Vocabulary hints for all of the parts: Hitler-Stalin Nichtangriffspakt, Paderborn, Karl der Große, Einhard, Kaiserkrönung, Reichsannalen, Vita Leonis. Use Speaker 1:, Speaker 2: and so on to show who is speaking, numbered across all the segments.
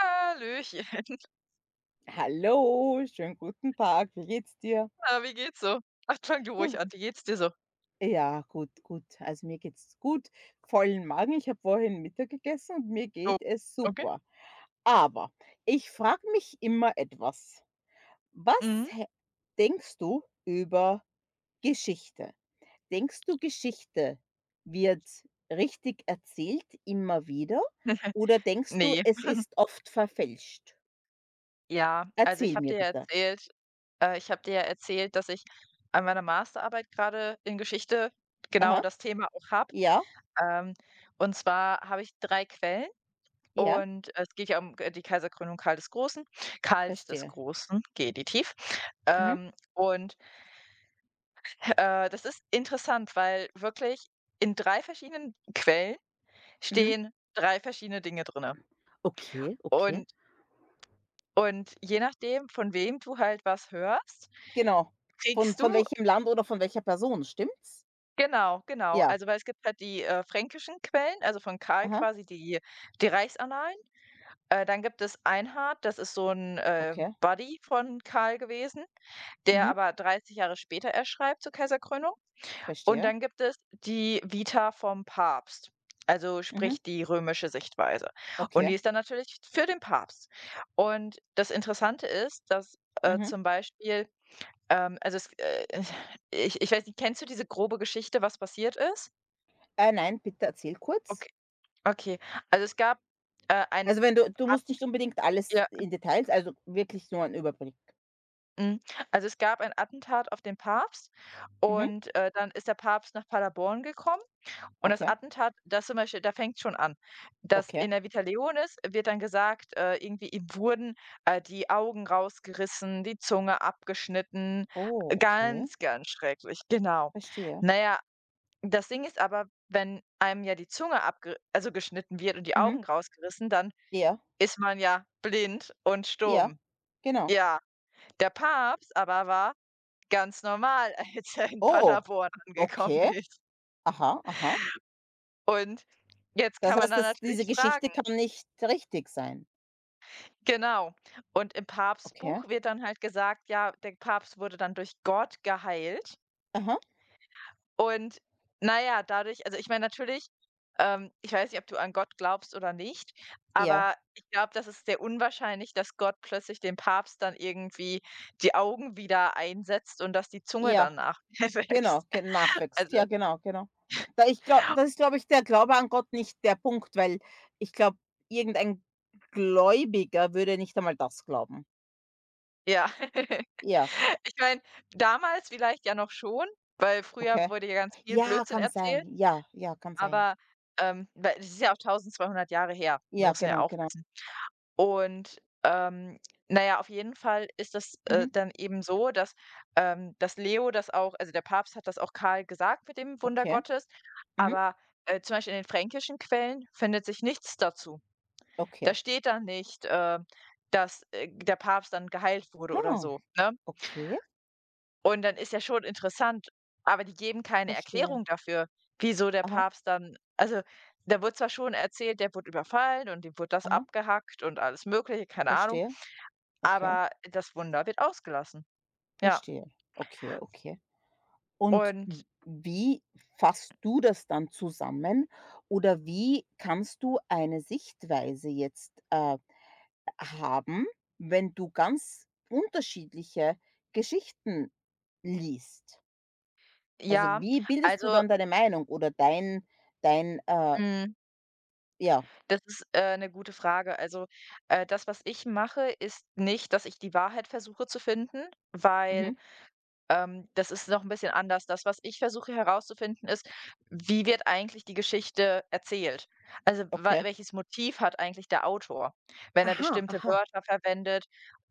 Speaker 1: Hallöchen.
Speaker 2: Hallo, schönen guten Tag. Wie geht's dir?
Speaker 1: Na, wie geht's so? Ach, fang du
Speaker 2: Gut.
Speaker 1: ruhig an. Wie geht's dir so?
Speaker 2: Ja, gut, gut. Also mir geht's gut. Vollen Magen. Ich habe vorhin Mittag gegessen und mir
Speaker 1: Oh,
Speaker 2: geht es
Speaker 1: okay.
Speaker 2: super. Aber ich frage mich immer etwas. Was
Speaker 1: Mhm.
Speaker 2: hä- Denkst du über Geschichte? Denkst du, Geschichte wird richtig erzählt immer wieder? Oder denkst du,
Speaker 1: Ne.
Speaker 2: es ist oft verfälscht?
Speaker 1: Ja, also
Speaker 2: Erzähl mir bitte.
Speaker 1: ich habe dir ja erzählt, dass ich an meiner Masterarbeit gerade in Geschichte genau
Speaker 2: Aha.
Speaker 1: das Thema auch habe.
Speaker 2: Ja,
Speaker 1: Ähm, und zwar habe ich 3 Quellen
Speaker 2: ja,
Speaker 1: und es geht ja um g die Kaiserkrönung Karl des Großen, Karls des
Speaker 2: verstehe.
Speaker 1: Großen, Genitiv.
Speaker 2: Mhm.
Speaker 1: Und, das ist interessant, weil wirklich in 3 verschiedenen Quellen
Speaker 2: Mhm.
Speaker 1: stehen 3 verschiedene Dinge drinne
Speaker 2: Okay, okay.
Speaker 1: Und je nachdem, von wem du halt was hörst,
Speaker 2: Genau. Von
Speaker 1: kriegst du
Speaker 2: von welchem Land oder von welcher Person, stimmt's?
Speaker 1: genau, genau.
Speaker 2: Ja.
Speaker 1: Also, weil es gibt halt die, fränkischen Quellen, also von Karl
Speaker 2: Aha,
Speaker 1: quasi die Reichsannalen. Dann gibt es Einhard, das ist so ein
Speaker 2: okay.
Speaker 1: Buddy von Karl gewesen, der
Speaker 2: Mhm,
Speaker 1: aber 30 Jahre später erst schreibt zur Kaiserkrönung. Und
Speaker 2: verstehe.
Speaker 1: dann gibt es die Vita vom Papst, also
Speaker 2: Mhm,
Speaker 1: sprich die römische Sichtweise. Und
Speaker 2: okay.
Speaker 1: die ist dann natürlich für den Papst. Und das Interessante ist, dass
Speaker 2: Mhm.
Speaker 1: zum Beispiel, also es, ich weiß nicht, kennst du diese grobe Geschichte, was passiert ist?
Speaker 2: Nein, bitte erzähl kurz.
Speaker 1: Okay, okay. Also es gab ein
Speaker 2: Also, wenn du
Speaker 1: At-
Speaker 2: musst nicht unbedingt alles
Speaker 1: Ja,
Speaker 2: in Details, also wirklich nur ein Überblick.
Speaker 1: mm. Also es gab ein Attentat auf den Papst
Speaker 2: Mhm,
Speaker 1: und dann ist der Papst nach Paderborn gekommen. Und das
Speaker 2: okay,
Speaker 1: Attentat, das zum Beispiel da fängt schon an. Das
Speaker 2: okay.
Speaker 1: in der Vita Leonis wird dann gesagt, irgendwie ihm wurden, die Augen rausgerissen, die Zunge abgeschnitten.
Speaker 2: Oh, okay,
Speaker 1: Ganz, ganz schrecklich, genau.
Speaker 2: verstehe.
Speaker 1: Na ja, das Ding ist aber, wenn einem ja die Zunge abge also geschnitten wird und die
Speaker 2: Mhm.
Speaker 1: Augen rausgerissen, dann
Speaker 2: Ja,
Speaker 1: ist man ja blind und
Speaker 2: ja,
Speaker 1: stumm.
Speaker 2: genau.
Speaker 1: Ja, der Papst aber war ganz normal, als er in
Speaker 2: Oh,
Speaker 1: Paderborn angekommen
Speaker 2: okay.
Speaker 1: ist.
Speaker 2: Aha, aha.
Speaker 1: Und jetzt
Speaker 2: Das
Speaker 1: kann man
Speaker 2: heißt,
Speaker 1: dann
Speaker 2: dass diese
Speaker 1: natürlich fragen.
Speaker 2: Geschichte kann nicht richtig sein.
Speaker 1: Genau. Und im
Speaker 2: Okay.
Speaker 1: Papstbuch wird dann halt gesagt, ja, der Papst wurde dann durch Gott geheilt.
Speaker 2: Aha,
Speaker 1: Und na ja, dadurch also ich meine natürlich, ich weiß nicht, ob du an Gott glaubst oder nicht,
Speaker 2: ja,
Speaker 1: aber ich glaube, das ist sehr unwahrscheinlich, dass Gott plötzlich dem Papst dann irgendwie die Augen wieder einsetzt und dass die Zunge
Speaker 2: ja.
Speaker 1: danach
Speaker 2: Genau,
Speaker 1: wächst.
Speaker 2: ge Nachwächst.
Speaker 1: Also,
Speaker 2: Ja, genau, genau. Da Ich glau das ist, glaube ich, der Glaube an Gott nicht der Punkt, weil ich glaube, irgendein Gläubiger würde nicht einmal das glauben.
Speaker 1: ja.
Speaker 2: Ja,
Speaker 1: Ich meine, damals vielleicht ja noch schon, weil
Speaker 2: okay.
Speaker 1: früher wurde ja ganz viel
Speaker 2: Ja,
Speaker 1: Blödsinn
Speaker 2: kann
Speaker 1: erzählt.
Speaker 2: sein. Ja, ja, kann sein.
Speaker 1: Aber, weil das ist ja auch 1200 Jahre her, ne,
Speaker 2: Ja,
Speaker 1: muss man ja
Speaker 2: genau,
Speaker 1: auch
Speaker 2: genau.
Speaker 1: wissen. Und, na ja, auf jeden Fall ist das,
Speaker 2: Mhm.
Speaker 1: dann eben so, dass, dass Leo das auch, also der Papst hat das auch Karl gesagt mit dem Wunder
Speaker 2: Okay.
Speaker 1: Gottes,
Speaker 2: Mhm.
Speaker 1: aber, zum Beispiel in den fränkischen Quellen findet sich nichts dazu.
Speaker 2: Okay.
Speaker 1: Da steht dann nicht, dass, der Papst dann geheilt wurde
Speaker 2: Ha,
Speaker 1: oder so, ne?
Speaker 2: okay,
Speaker 1: Und dann ist ja schon interessant, aber die geben keine
Speaker 2: verstehe.
Speaker 1: Erklärung dafür, wieso der
Speaker 2: Aha,
Speaker 1: Papst dann, also, da wurde zwar schon erzählt, der wurde überfallen und dem wurde das
Speaker 2: aha,
Speaker 1: abgehackt und alles Mögliche, keine Ahnung,
Speaker 2: verstehe. Okay,
Speaker 1: aber das Wunder wird ausgelassen. Ja.
Speaker 2: verstehe. Okay, okay. Und
Speaker 1: Und
Speaker 2: wie fasst du das dann zusammen oder wie kannst du eine Sichtweise jetzt, haben, wenn du ganz unterschiedliche Geschichten liest? Also,
Speaker 1: ja,
Speaker 2: wie bildest du
Speaker 1: also,
Speaker 2: dann deine Meinung oder dein?
Speaker 1: hm,
Speaker 2: Ja,
Speaker 1: das ist, 'ne gute Frage. Also, das, was ich mache, ist nicht, dass ich die Wahrheit versuche zu finden,
Speaker 2: mhm,
Speaker 1: weil das ist noch ein bisschen anders. Das, was ich versuche herauszufinden, ist, wie wird eigentlich die Geschichte erzählt? Also, wa
Speaker 2: okay.
Speaker 1: welches Motiv hat eigentlich der Autor, wenn er
Speaker 2: Aha,
Speaker 1: bestimmte
Speaker 2: aha.
Speaker 1: Wörter verwendet,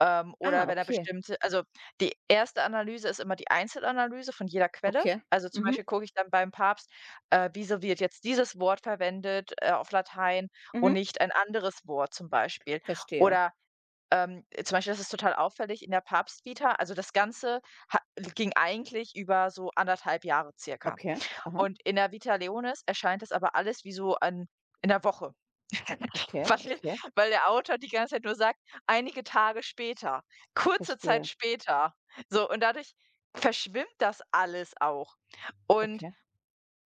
Speaker 2: Ah,
Speaker 1: oder wenn er
Speaker 2: okay,
Speaker 1: bestimmte, also, die erste Analyse ist immer die Einzelanalyse von jeder Quelle.
Speaker 2: okay.
Speaker 1: Also, zum
Speaker 2: Mhm,
Speaker 1: Beispiel gucke ich dann beim Papst, wieso wird jetzt dieses Wort verwendet, auf Latein und
Speaker 2: mhm,
Speaker 1: nicht ein anderes Wort zum Beispiel?
Speaker 2: verstehe.
Speaker 1: Oder, zum Beispiel, das ist total auffällig in der Papstvita. Also das Ganze ha ging eigentlich über so anderthalb Jahre circa.
Speaker 2: Okay, aha,
Speaker 1: Und in der Vita Leonis erscheint das aber alles wie so an in der Woche.
Speaker 2: okay,
Speaker 1: Weil
Speaker 2: okay,
Speaker 1: weil der Autor die ganze Zeit nur sagt: „Einige Tage später, kurze Zeit
Speaker 2: verstehe.
Speaker 1: später.“ So, und dadurch verschwimmt das alles auch. Und
Speaker 2: Okay.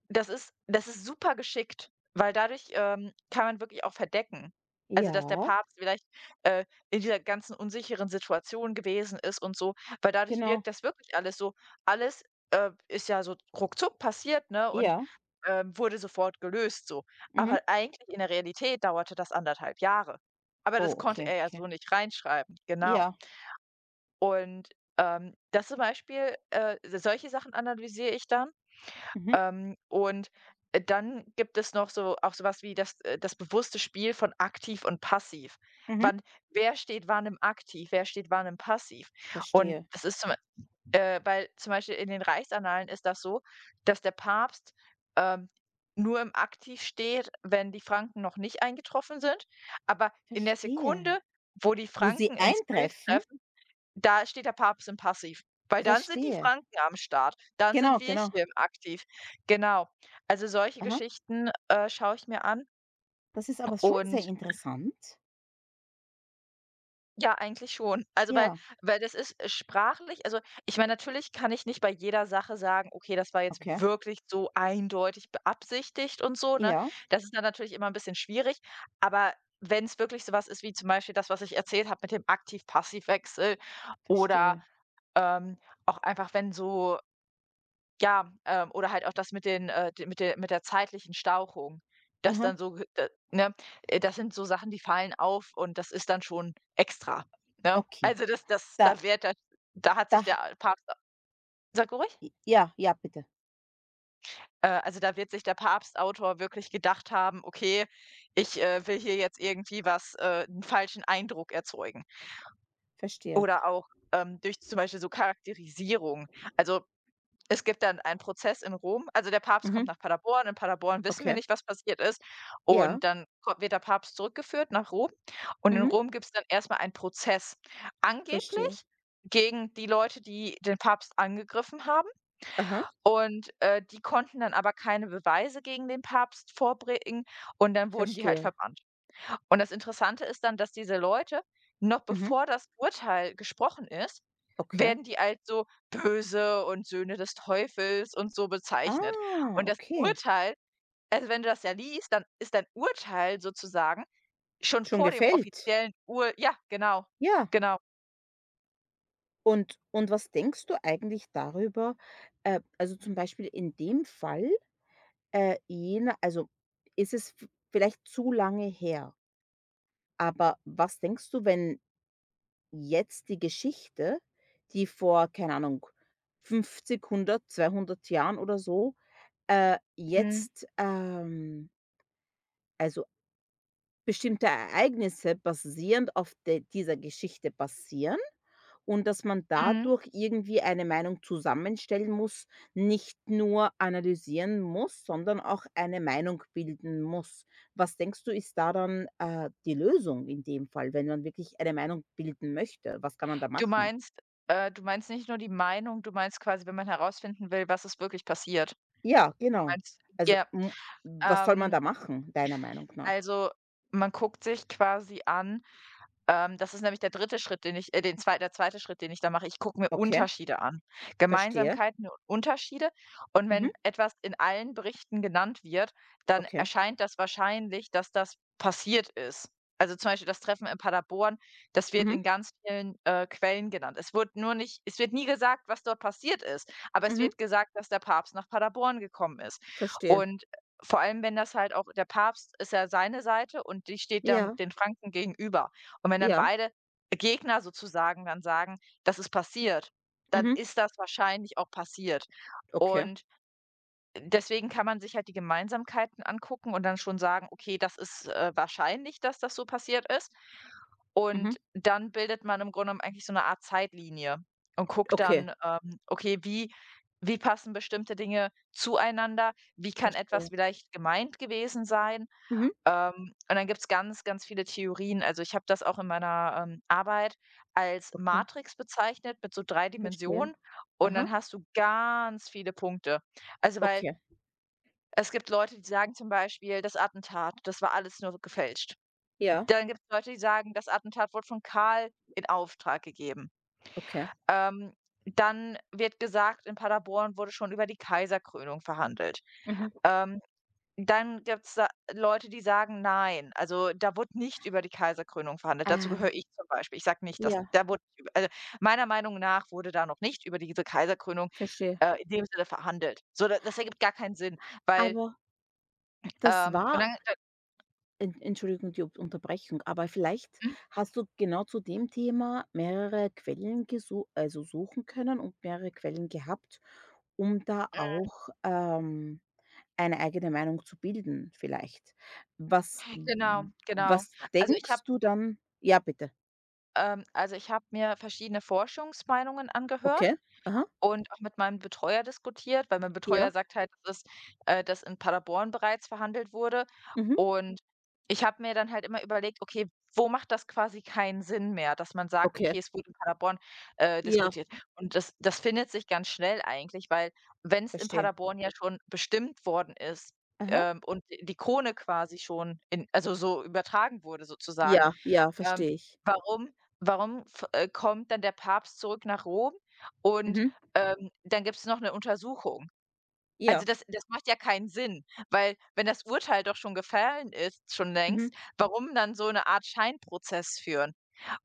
Speaker 1: das ist super geschickt, weil dadurch, kann man wirklich auch verdecken. Also, dass der
Speaker 2: Ja,
Speaker 1: Papst vielleicht, äh, in dieser ganzen unsicheren Situation gewesen ist und so, weil dadurch
Speaker 2: genau.
Speaker 1: wirkt das wirklich alles so, alles, ist ja so ruckzuck passiert, ne, und,
Speaker 2: Ja,
Speaker 1: wurde sofort gelöst so.
Speaker 2: mhm.
Speaker 1: Aber eigentlich in der Realität dauerte das anderthalb Jahre. Aber das
Speaker 2: Oh,
Speaker 1: konnte
Speaker 2: okay,
Speaker 1: er ja
Speaker 2: okay.
Speaker 1: so nicht reinschreiben, genau.
Speaker 2: Ja.
Speaker 1: Und, das zum Beispiel, solche Sachen analysiere ich dann.
Speaker 2: Mhm,
Speaker 1: Und, dann gibt es noch so auch sowas wie das bewusste Spiel von aktiv und passiv.
Speaker 2: mhm.
Speaker 1: Wann Wer steht wann im Aktiv, wer steht wann im Passiv? Und
Speaker 2: Verstehe,
Speaker 1: das ist, zum weil zum Beispiel in den Reichsannalen ist das so, dass der Papst, ähm, nur im Aktiv steht, wenn die Franken noch nicht eingetroffen sind, aber in der
Speaker 2: verstehe.
Speaker 1: Sekunde, wo die
Speaker 2: Wo sie
Speaker 1: Franken ins Bild
Speaker 2: eintreffen?
Speaker 1: treffen, da steht der Papst im Passiv, weil dann sind die
Speaker 2: Verstehe.
Speaker 1: Franken am Start, dann sind
Speaker 2: Genau,
Speaker 1: wir
Speaker 2: genau.
Speaker 1: hier aktiv. Genau. Also, solche
Speaker 2: Aha.
Speaker 1: Geschichten, schaue ich mir an,
Speaker 2: Das ist aber schon sehr
Speaker 1: und
Speaker 2: interessant.
Speaker 1: ja, eigentlich schon. Also, weil
Speaker 2: Ja,
Speaker 1: das ist sprachlich, also, ich meine, natürlich kann ich nicht bei jeder Sache sagen: „Okay, das war jetzt
Speaker 2: okay.
Speaker 1: wirklich so eindeutig beabsichtigt und so“, ne?
Speaker 2: Ja,
Speaker 1: Das ist dann natürlich immer 'n bisschen schwierig, aber wenn's wirklich so was ist wie zum Beispiel das, was ich erzählt habe mit dem Aktiv-Passiv-Wechsel oder,
Speaker 2: verstehe.
Speaker 1: ähm, auch einfach, wenn so. Ja, oder halt auch das mit den, d mit der zeitlichen Stauchung. Das
Speaker 2: Aha,
Speaker 1: dann so, ne? Das sind so Sachen, die fallen auf, und das ist dann schon extra, ne?
Speaker 2: okay.
Speaker 1: Also, das
Speaker 2: Da
Speaker 1: da wird das, da hat
Speaker 2: da
Speaker 1: sich der Papst sag ruhig.
Speaker 2: Ja, ja, bitte.
Speaker 1: Also, da wird sich der Papstautor wirklich gedacht haben: „Okay, ich, will hier jetzt irgendwie was, 'n falschen Eindruck erzeugen.“
Speaker 2: Verstehe.
Speaker 1: Oder auch, durch zum Beispiel so Charakterisierung. Also, es gibt dann einen Prozess in Rom. Also, der Papst kommt
Speaker 2: Mhm,
Speaker 1: nach Paderborn. In Paderborn wissen wir
Speaker 2: okay.
Speaker 1: nicht, was passiert ist.
Speaker 2: Ja,
Speaker 1: Und dann ko wird der Papst zurückgeführt nach Rom. Und in
Speaker 2: mhm,
Speaker 1: Rom gibt es dann erstmal einen Prozess,
Speaker 2: verstehe.
Speaker 1: angeblich gegen die Leute, die den Papst angegriffen haben.
Speaker 2: Aha,
Speaker 1: Und, die konnten dann aber keine Beweise gegen den Papst vorbringen, und dann wurden die halt
Speaker 2: verstehe.
Speaker 1: verbannt. Und das Interessante ist dann, dass diese Leute, noch
Speaker 2: Mhm,
Speaker 1: bevor das Urteil gesprochen ist,
Speaker 2: okay.
Speaker 1: werden die als so böse und Söhne des Teufels und so bezeichnet
Speaker 2: Ah,
Speaker 1: Und das
Speaker 2: okay.
Speaker 1: Urteil, also wenn du das ja liest, dann ist dein Urteil sozusagen schon
Speaker 2: Schon
Speaker 1: vor dem
Speaker 2: gefällt?
Speaker 1: offiziellen Ur ja, genau,
Speaker 2: Ja.
Speaker 1: genau.
Speaker 2: Und was denkst du eigentlich darüber also, zum Beispiel in dem Fall, äh, jener also, ist es v vielleicht zu lange her, aber was denkst du, wenn jetzt die Geschichte, die vor, keine Ahnung, 50, 100, 200 Jahren oder so, äh,
Speaker 1: Mhm,
Speaker 2: jetzt, ähm also, bestimmte Ereignisse basierend auf de dieser Geschichte basieren. Und dass man
Speaker 1: mhm.
Speaker 2: dadurch irgendwie eine Meinung zusammenstellen muss, nicht nur analysieren muss, sondern auch eine Meinung bilden muss. Was denkst du, ist da dann, die Lösung in dem Fall, wenn man wirklich eine Meinung bilden möchte? Was kann man da
Speaker 1: Du
Speaker 2: machen?
Speaker 1: meinst, du meinst nicht nur die Meinung, du meinst quasi, wenn man herausfinden will, was ist wirklich passiert.
Speaker 2: Ja, genau.
Speaker 1: Meinst
Speaker 2: Also,
Speaker 1: Ja,
Speaker 2: hm, was soll man
Speaker 1: ähm,
Speaker 2: da machen, deiner Meinung nach?
Speaker 1: also man guckt sich quasi an. Das ist nämlich der dritte Schritt, den ich, den zwei der zweite Schritt, den ich da mache. Ich gucke mir
Speaker 2: Okay,
Speaker 1: Unterschiede an.
Speaker 2: verstehe.
Speaker 1: Gemeinsamkeiten und Unterschiede. Und
Speaker 2: Mhm,
Speaker 1: wenn etwas in allen Berichten genannt wird, dann
Speaker 2: okay.
Speaker 1: erscheint das wahrscheinlich, dass das passiert ist. Also, zum Beispiel das Treffen in Paderborn, das wird
Speaker 2: Mhm,
Speaker 1: in ganz vielen, Quellen genannt. Es wird nie gesagt, was dort passiert ist, aber es
Speaker 2: mhm,
Speaker 1: wird gesagt, dass der Papst nach Paderborn gekommen ist.
Speaker 2: verstehe.
Speaker 1: Und vor allem, wenn das halt auch, der Papst ist ja seine Seite, und die steht dann
Speaker 2: Ja,
Speaker 1: den Franken gegenüber. Und wenn dann
Speaker 2: ja.
Speaker 1: beide Gegner sozusagen dann sagen: „Das ist passiert“, dann
Speaker 2: Mhm,
Speaker 1: ist das wahrscheinlich auch passiert.
Speaker 2: okay.
Speaker 1: Und deswegen kann man sich halt die Gemeinsamkeiten angucken und dann schon sagen: „Okay, das ist, wahrscheinlich, dass das so passiert ist.“
Speaker 2: Mhm,
Speaker 1: Und dann bildet man im Grunde genommen eigentlich so eine Art Zeitlinie und guckt
Speaker 2: okay.
Speaker 1: dann, okay, wie wie passen bestimmte Dinge zueinander? Wie kann etwas
Speaker 2: Verstehe.
Speaker 1: vielleicht gemeint gewesen sein?
Speaker 2: Mhm,
Speaker 1: Ähm, und dann gibt es ganz, ganz viele Theorien. Also, ich habe das auch in meiner, Arbeit als
Speaker 2: okay.
Speaker 1: Matrix bezeichnet, mit so 3
Speaker 2: Verstehe.
Speaker 1: Dimensionen, und
Speaker 2: Aha.
Speaker 1: dann hast du ganz viele Punkte. Also, weil
Speaker 2: Okay,
Speaker 1: es gibt Leute, die sagen zum Beispiel: „Das Attentat, das war alles nur gefälscht.“
Speaker 2: ja,
Speaker 1: Dann gibt es Leute, die sagen: „Das Attentat wurde von Karl in Auftrag gegeben.“
Speaker 2: okay.
Speaker 1: Ähm, Dann wird gesagt, in Paderborn wurde schon über die Kaiserkrönung verhandelt.
Speaker 2: Mhm.
Speaker 1: Ähm Dann gibt's da Leute, die sagen: „Nein.“ Also, da wurde nicht über die Kaiserkrönung verhandelt. Dazu
Speaker 2: Ähm.
Speaker 1: gehöre ich zum Beispiel. Ich sage nicht, dass,
Speaker 2: Ja,
Speaker 1: da wurde nicht über, also, meiner Meinung nach wurde da noch nicht über diese Kaiserkrönung,
Speaker 2: verstehe.
Speaker 1: in dem Sinne verhandelt. So, da, das ergibt gar keinen Sinn, weil,
Speaker 2: Aber das
Speaker 1: und
Speaker 2: war
Speaker 1: dann da.
Speaker 2: en Entschuldigung, die U Unterbrechung, aber vielleicht
Speaker 1: Mhm,
Speaker 2: hast du genau zu dem Thema mehrere Quellen gesu also suchen können und mehrere Quellen gehabt, um da auch, eine eigene Meinung zu bilden vielleicht. Was
Speaker 1: genau,
Speaker 2: w
Speaker 1: genau.
Speaker 2: Was
Speaker 1: Also, ich habe
Speaker 2: denkst du dann? Ja, bitte.
Speaker 1: also, ich habe mir verschiedene Forschungsmeinungen
Speaker 2: Okay.
Speaker 1: angehört
Speaker 2: Aha.
Speaker 1: und auch mit meinem Betreuer diskutiert, weil mein
Speaker 2: Ja.
Speaker 1: Betreuer sagt halt, dass in Paderborn bereits verhandelt wurde.
Speaker 2: Mhm.
Speaker 1: Und ich habe mir dann halt immer überlegt, okay, wo macht das quasi keinen Sinn mehr, dass man sagt,
Speaker 2: Okay.
Speaker 1: okay, es wurde in Paderborn,
Speaker 2: Ja,
Speaker 1: diskutiert. Und das findet sich ganz schnell eigentlich, weil wenn es in
Speaker 2: verstehe.
Speaker 1: Paderborn ja schon bestimmt worden ist,
Speaker 2: Aha.
Speaker 1: und die Krone quasi schon in also so übertragen wurde sozusagen,
Speaker 2: Ja, ja,
Speaker 1: ähm
Speaker 2: verstehe ich.
Speaker 1: warum warum f kommt dann der Papst zurück nach Rom und,
Speaker 2: Mhm.
Speaker 1: ähm, dann gibt es noch eine Untersuchung? Also,
Speaker 2: Ja,
Speaker 1: das macht ja keinen Sinn, weil wenn das Urteil doch schon gefallen ist, schon
Speaker 2: mhm,
Speaker 1: längst, warum dann so eine Art Scheinprozess führen?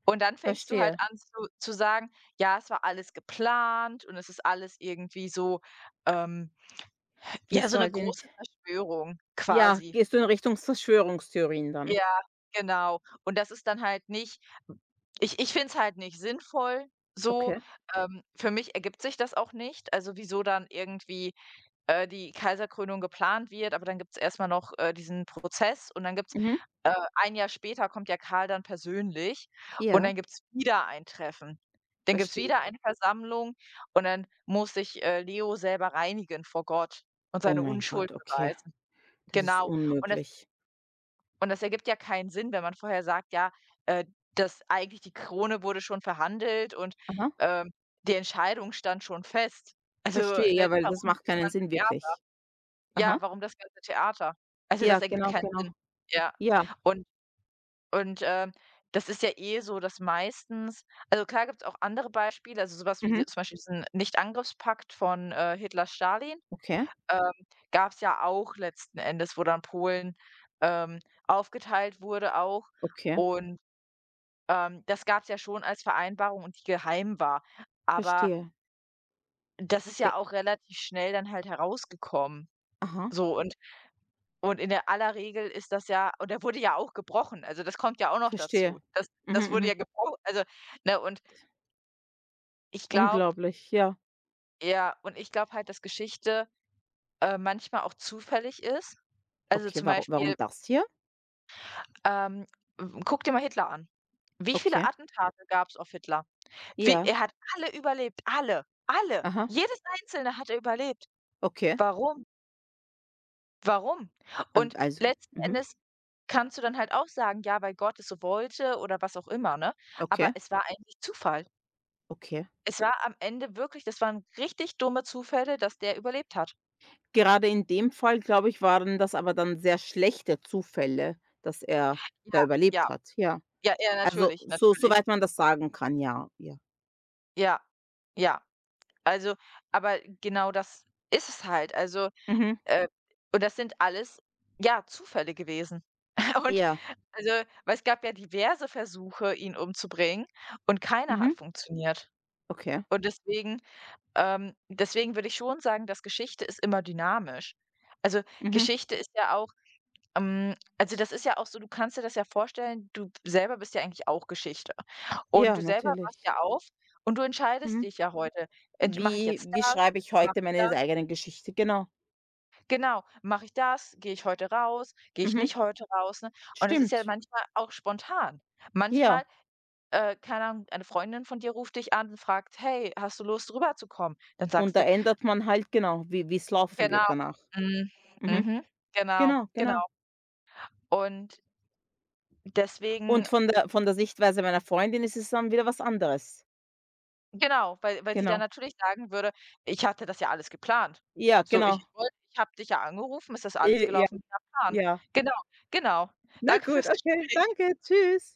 Speaker 1: Und dann fängst du halt
Speaker 2: verstehe.
Speaker 1: an zu sagen: „Ja, es war alles geplant und es ist alles irgendwie so, ähm, ja,
Speaker 2: Gehst
Speaker 1: so
Speaker 2: du
Speaker 1: eine
Speaker 2: halt in
Speaker 1: große Verschwörung
Speaker 2: Ja,
Speaker 1: quasi.“
Speaker 2: gehst du in Richtung Verschwörungstheorien dann?
Speaker 1: Ja, genau. Und das ist dann halt nicht, ich finde es halt nicht sinnvoll so.
Speaker 2: Okay.
Speaker 1: Für mich ergibt sich das auch nicht. Also, wieso dann irgendwie, die Kaiserkrönung geplant wird, aber dann gibt's erst mal noch, diesen Prozess und dann gibt's,
Speaker 2: Mhm.
Speaker 1: ein Jahr später kommt ja Karl dann persönlich und
Speaker 2: Ja,
Speaker 1: dann gibt's wieder ein Treffen. Dann gibt's
Speaker 2: verstehe.
Speaker 1: wieder eine Versammlung und dann muss sich, Leo selber reinigen vor Gott und
Speaker 2: Oh
Speaker 1: seine
Speaker 2: mein
Speaker 1: Unschuld
Speaker 2: Gott, okay.
Speaker 1: beweisen.
Speaker 2: Das ist
Speaker 1: Genau. Und das
Speaker 2: unmöglich.
Speaker 1: und das ergibt ja keinen Sinn, wenn man vorher sagt, ja, äh, dass eigentlich die Krone wurde schon verhandelt und,
Speaker 2: Aha,
Speaker 1: ähm, die Entscheidung stand schon fest. Also,
Speaker 2: verstehe.
Speaker 1: ne,
Speaker 2: Ja, weil das
Speaker 1: warum
Speaker 2: macht
Speaker 1: das
Speaker 2: keinen
Speaker 1: ganze
Speaker 2: Sinn
Speaker 1: Thea
Speaker 2: wirklich. Aha.
Speaker 1: ja, warum das ganze Theater? Also,
Speaker 2: Ja,
Speaker 1: das ergibt
Speaker 2: genau,
Speaker 1: keinen
Speaker 2: genau.
Speaker 1: Sinn. Ja.
Speaker 2: Ja.
Speaker 1: Und und, ähm, das ist ja eh so, dass meistens also klar gibt es auch andere Beispiele, also sowas wie
Speaker 2: Mhm.
Speaker 1: d zum Beispiel diesen Nichtangriffspakt von, Hitler-Stalin,
Speaker 2: Okay,
Speaker 1: ähm, gab's ja auch letzten Endes, wo dann Polen, ähm, aufgeteilt wurde auch.
Speaker 2: okay.
Speaker 1: Und, das gab's ja schon als Vereinbarung und die geheim war. Aber
Speaker 2: Verstehe.
Speaker 1: das ist
Speaker 2: De
Speaker 1: ja auch relativ schnell dann halt herausgekommen.
Speaker 2: Aha,
Speaker 1: So und in der aller Regel ist das ja und der wurde ja auch gebrochen. Also, das kommt ja auch noch dazu.
Speaker 2: verstehe.
Speaker 1: Das
Speaker 2: Mhm,
Speaker 1: das wurde
Speaker 2: mhm.
Speaker 1: ja gebro also, ne, und ich glaube
Speaker 2: Unglaublich, ja.
Speaker 1: ja, und ich glaube halt, dass Geschichte, manchmal auch zufällig ist. Also,
Speaker 2: Okay,
Speaker 1: zum
Speaker 2: warum, warum
Speaker 1: Beispiel
Speaker 2: das hier?
Speaker 1: Ähm, w guck dir mal Hitler an. Wie viele
Speaker 2: Okay.
Speaker 1: Attentate gab's auf Hitler? Wie
Speaker 2: Ja.
Speaker 1: Er hat alle überlebt, alle, alle.
Speaker 2: Aha.
Speaker 1: Jedes einzelne hat er überlebt.
Speaker 2: Okay.
Speaker 1: Warum? Warum? Und
Speaker 2: Also
Speaker 1: letzten
Speaker 2: mhm.
Speaker 1: Endes kannst du dann halt auch sagen: „Ja, weil Gott es so wollte“ oder was auch immer, ne? Aber
Speaker 2: Okay,
Speaker 1: es war eigentlich Zufall.
Speaker 2: okay.
Speaker 1: Es war am Ende wirklich, das waren richtig dumme Zufälle, dass der überlebt hat.
Speaker 2: Gerade in dem Fall, glaube ich, waren das aber dann sehr schlechte Zufälle, dass er da
Speaker 1: Ja,
Speaker 2: überlebt
Speaker 1: ja,
Speaker 2: hat, ja.
Speaker 1: ja, ja,
Speaker 2: Also,
Speaker 1: natürlich,
Speaker 2: so
Speaker 1: natürlich.
Speaker 2: soweit man das sagen kann, ja, ja.
Speaker 1: Ja, ja. Also, aber genau das ist es halt. Also,
Speaker 2: Mhm.
Speaker 1: Äh, und das sind alles, ja, Zufälle gewesen. Und
Speaker 2: Ja.
Speaker 1: also, weil es gab ja diverse Versuche, ihn umzubringen, und keiner
Speaker 2: Mhm.
Speaker 1: hat funktioniert.
Speaker 2: Okay.
Speaker 1: Und deswegen, deswegen würde ich schon sagen, dass Geschichte ist immer dynamisch. Also,
Speaker 2: Mhm.
Speaker 1: Geschichte ist ja auch, also, das ist ja auch so, du kannst dir das ja vorstellen, du selber bist ja eigentlich auch Geschichte. Und
Speaker 2: Ja,
Speaker 1: du selber wachst
Speaker 2: natürlich.
Speaker 1: ja auf und du entscheidest
Speaker 2: Mhm.
Speaker 1: dich ja heute. Mache ich
Speaker 2: Wie
Speaker 1: jetzt
Speaker 2: wie
Speaker 1: das?
Speaker 2: schreibe ich
Speaker 1: Mache
Speaker 2: heute
Speaker 1: ich das?
Speaker 2: meine eigene Geschichte? Genau.
Speaker 1: Genau, mache ich das? Gehe ich heute raus? Gehe ich
Speaker 2: Mhm.
Speaker 1: nicht heute raus, ne? Und es ist ja
Speaker 2: Stimmt.
Speaker 1: manchmal auch spontan.
Speaker 2: Ja.
Speaker 1: Manchmal, keine Ahnung, eine Freundin von dir ruft dich an und fragt: „Hey, hast du Lust, rüberzukommen?“ Dann
Speaker 2: Und
Speaker 1: sagst
Speaker 2: da
Speaker 1: du:
Speaker 2: ändert man halt genau, wie's laufen wird
Speaker 1: „Genau,
Speaker 2: danach.
Speaker 1: mhm,
Speaker 2: Mhm.
Speaker 1: mhm, genau,
Speaker 2: Genau, genau.
Speaker 1: genau.“ Und deswegen
Speaker 2: Und von der Sichtweise meiner Freundin ist es dann wieder was anderes.
Speaker 1: genau, weil sie dann
Speaker 2: Genau.
Speaker 1: natürlich sagen würde: „Ich hatte das ja alles geplant.
Speaker 2: Ja,
Speaker 1: So,
Speaker 2: genau.
Speaker 1: ich habe dich ja angerufen, ist das alles
Speaker 2: Ja,
Speaker 1: gelaufen wie nach Plan.“
Speaker 2: ja.
Speaker 1: Genau, genau.
Speaker 2: Na
Speaker 1: Danke
Speaker 2: gut,
Speaker 1: fürs
Speaker 2: okay,
Speaker 1: Gespräch.
Speaker 2: danke, tschüss.